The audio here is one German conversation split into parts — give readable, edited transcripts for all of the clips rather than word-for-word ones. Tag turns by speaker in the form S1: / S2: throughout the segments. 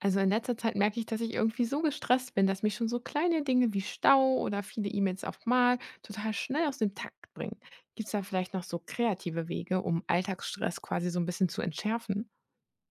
S1: Also in letzter Zeit merke ich, dass ich irgendwie so gestresst bin, dass mich schon so kleine Dinge wie Stau oder viele E-Mails auf Mal total schnell aus dem Takt bringen. Gibt es da vielleicht noch so kreative Wege, um Alltagsstress quasi so ein bisschen zu entschärfen?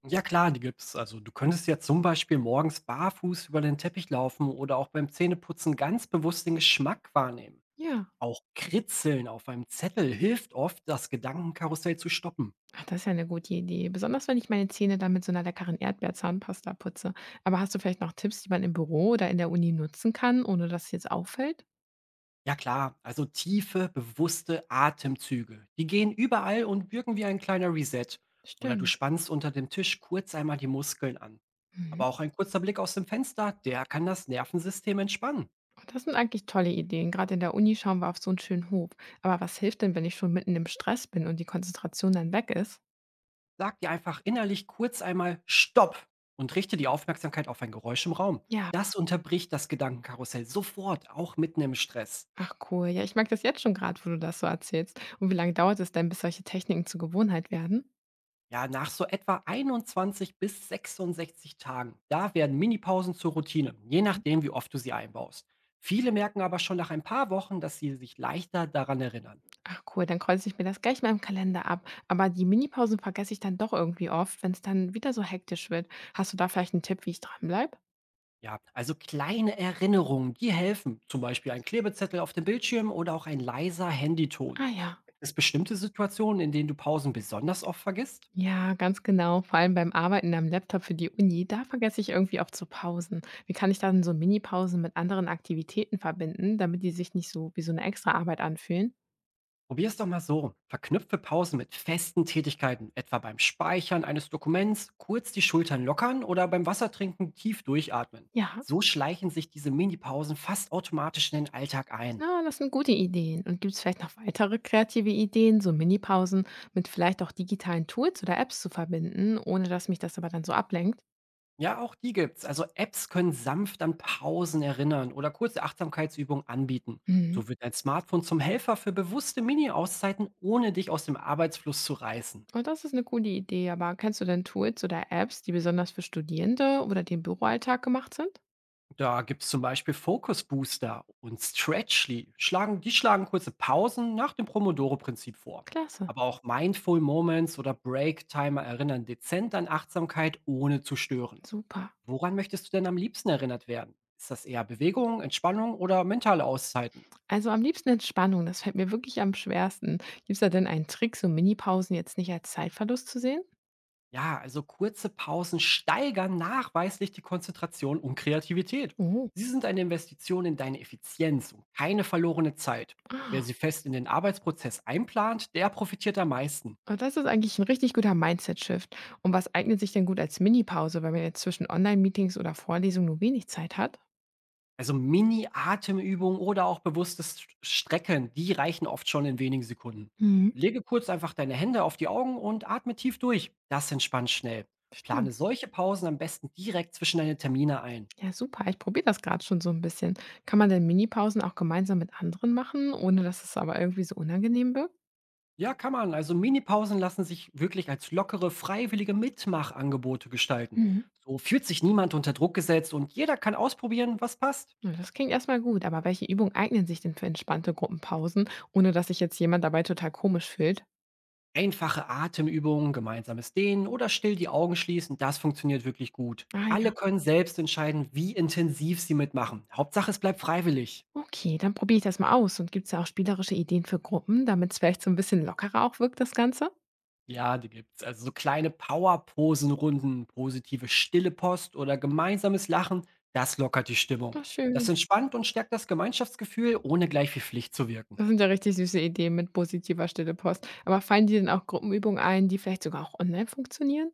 S2: Ja klar, die gibt's. Also du könntest ja zum Beispiel morgens barfuß über den Teppich laufen oder auch beim Zähneputzen ganz bewusst den Geschmack wahrnehmen.
S1: Ja.
S2: Auch Kritzeln auf einem Zettel hilft oft, das Gedankenkarussell zu stoppen.
S1: Ach, das ist ja eine gute Idee. Besonders wenn ich meine Zähne dann mit so einer leckeren Erdbeerzahnpasta putze. Aber hast du vielleicht noch Tipps, die man im Büro oder in der Uni nutzen kann, ohne dass es jetzt auffällt?
S2: Ja klar, also tiefe, bewusste Atemzüge. Die gehen überall und wirken wie ein kleiner Reset. Oder du
S1: Stimmt.
S2: spannst unter dem Tisch kurz einmal die Muskeln an.
S1: Mhm.
S2: Aber auch ein kurzer Blick aus dem Fenster, der kann das Nervensystem entspannen.
S1: Das sind eigentlich tolle Ideen. Gerade in der Uni schauen wir auf so einen schönen Hof. Aber was hilft denn, wenn ich schon mitten im Stress bin und die Konzentration dann weg ist?
S2: Sag dir einfach innerlich kurz einmal Stopp und richte die Aufmerksamkeit auf ein Geräusch im Raum.
S1: Ja,
S2: Das unterbricht das Gedankenkarussell sofort, auch mitten im Stress.
S1: ach cool. Ja, ich mag das jetzt schon gerade, wo du das so erzählst. Und wie lange dauert es denn, bis solche Techniken zur Gewohnheit werden?
S2: Ja, nach so etwa 21 bis 66 Tagen, da werden Minipausen zur Routine, je nachdem, wie oft du sie einbaust. Viele merken aber schon nach ein paar Wochen, dass sie sich leichter daran erinnern.
S1: Ach cool, dann kreuze ich mir das gleich mal im Kalender ab. Aber die Minipausen vergesse ich dann doch irgendwie oft, wenn es dann wieder so hektisch wird. Hast du da vielleicht einen Tipp, wie ich dranbleibe?
S2: Ja, also kleine Erinnerungen, die helfen. Zum Beispiel ein Klebezettel auf dem Bildschirm oder auch ein leiser Handyton.
S1: Ah ja.
S2: Gibt es bestimmte Situationen, in denen du Pausen besonders oft vergisst?
S1: Ja, ganz genau. Vor allem beim Arbeiten am Laptop für die Uni, da vergesse ich irgendwie oft zu pausen. Wie kann ich dann so Mini-Pausen mit anderen Aktivitäten verbinden, damit die sich nicht so wie so eine extra Arbeit anfühlen?
S2: Probier es doch mal so. Verknüpfe Pausen mit festen Tätigkeiten, etwa beim Speichern eines Dokuments, kurz die Schultern lockern oder beim Wassertrinken tief durchatmen.
S1: Ja,
S2: So schleichen sich diese Minipausen fast automatisch in den Alltag ein.
S1: na, das sind gute Ideen. Und gibt es vielleicht noch weitere kreative Ideen, so Mini-Pausen mit vielleicht auch digitalen Tools oder Apps zu verbinden, ohne dass mich das aber dann so ablenkt?
S2: Ja, auch die gibt's. Also Apps können sanft an Pausen erinnern oder kurze Achtsamkeitsübungen anbieten.
S1: Mhm.
S2: So wird dein Smartphone zum Helfer für bewusste Mini-Auszeiten, ohne dich aus dem Arbeitsfluss zu reißen.
S1: Und das ist eine coole Idee, aber kennst du denn Tools oder Apps, die besonders für Studierende oder den Büroalltag gemacht sind?
S2: Da gibt's zum Beispiel Focus Booster und Stretchly. Die schlagen kurze Pausen nach dem Pomodoro-Prinzip vor.
S1: Klasse,
S2: Aber auch Mindful Moments oder Break Timer erinnern dezent an Achtsamkeit, ohne zu stören.
S1: super.
S2: Woran möchtest du denn am liebsten erinnert werden? Ist das eher Bewegung, Entspannung oder mentale Auszeiten?
S1: Also am liebsten Entspannung, das fällt mir wirklich am schwersten. Gibt es da denn einen Trick, so Minipausen jetzt nicht als Zeitverlust zu sehen?
S2: Ja, also kurze Pausen steigern nachweislich die Konzentration und Kreativität.
S1: Oh,
S2: Sie sind eine Investition in deine Effizienz und keine verlorene Zeit. Wer sie fest in den Arbeitsprozess einplant, der profitiert am meisten.
S1: ah, das ist eigentlich ein richtig guter Mindset-Shift. Und was eignet sich denn gut als Minipause, wenn man jetzt zwischen Online-Meetings oder Vorlesungen nur wenig Zeit hat?
S2: Also Mini-Atemübungen oder auch bewusstes Strecken, die reichen oft schon in wenigen Sekunden.
S1: Mhm,
S2: Lege kurz einfach deine Hände auf die Augen und atme tief durch. Das entspannt schnell. Plane
S1: stimmt.
S2: solche Pausen am besten direkt zwischen deine Termine ein.
S1: Ja, super. Ich probiere das gerade schon so ein bisschen. Kann man denn Minipausen auch gemeinsam mit anderen machen, ohne dass es aber irgendwie so unangenehm wirkt?
S2: Ja, kann man. Also Minipausen lassen sich wirklich als lockere, freiwillige Mitmachangebote gestalten.
S1: Mhm.
S2: So fühlt sich niemand unter Druck gesetzt und jeder kann ausprobieren, was passt.
S1: Ja, das klingt erstmal gut, aber welche Übungen eignen sich denn für entspannte Gruppenpausen, ohne dass sich jetzt jemand dabei total komisch fühlt?
S2: Einfache Atemübungen, gemeinsames Dehnen oder still die Augen schließen, das funktioniert wirklich gut.
S1: Ah
S2: Alle
S1: ja,
S2: können selbst entscheiden, wie intensiv sie mitmachen. Hauptsache, es bleibt freiwillig.
S1: okay, dann probiere ich das mal aus. Und gibt es da auch spielerische Ideen für Gruppen, damit es vielleicht so ein bisschen lockerer auch wirkt, das Ganze?
S2: Ja, die gibt's. Also so kleine Power-Posen-Runden, positive stille Post oder gemeinsames Lachen, das lockert die
S1: Ach
S2: Stimmung.
S1: schön.
S2: Das entspannt und stärkt das Gemeinschaftsgefühl, ohne gleich wie Pflicht zu wirken.
S1: Das sind ja richtig süße Ideen mit positiver Stille Post. Aber fallen dir denn auch Gruppenübungen ein, die vielleicht sogar auch online funktionieren?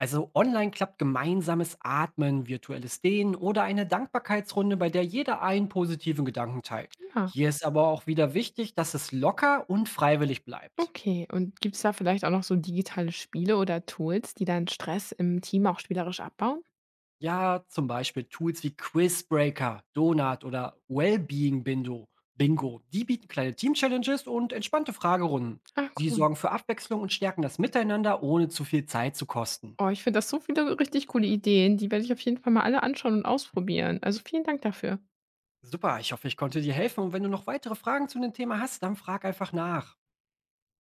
S2: Also online klappt gemeinsames Atmen, virtuelles Dehnen oder eine Dankbarkeitsrunde, bei der jeder einen positiven Gedanken teilt.
S1: Ja,
S2: Hier ist aber auch wieder wichtig, dass es locker und freiwillig bleibt.
S1: okay. Und gibt es da vielleicht auch noch so digitale Spiele oder Tools, die dann Stress im Team auch spielerisch abbauen?
S2: Ja, zum Beispiel Tools wie Quizbreaker, Donut oder Wellbeing Bingo. Bingo. Die bieten kleine Team-Challenges und entspannte Fragerunden.
S1: Ah,
S2: Sie
S1: cool.
S2: sorgen für Abwechslung und stärken das Miteinander, ohne zu viel Zeit zu kosten.
S1: Oh, ich finde das so viele richtig coole Ideen. Die werde ich auf jeden Fall mal alle anschauen und ausprobieren. Also, vielen Dank dafür.
S2: Super, ich hoffe, ich konnte dir helfen. Und wenn du noch weitere Fragen zu dem Thema hast, dann frag einfach nach.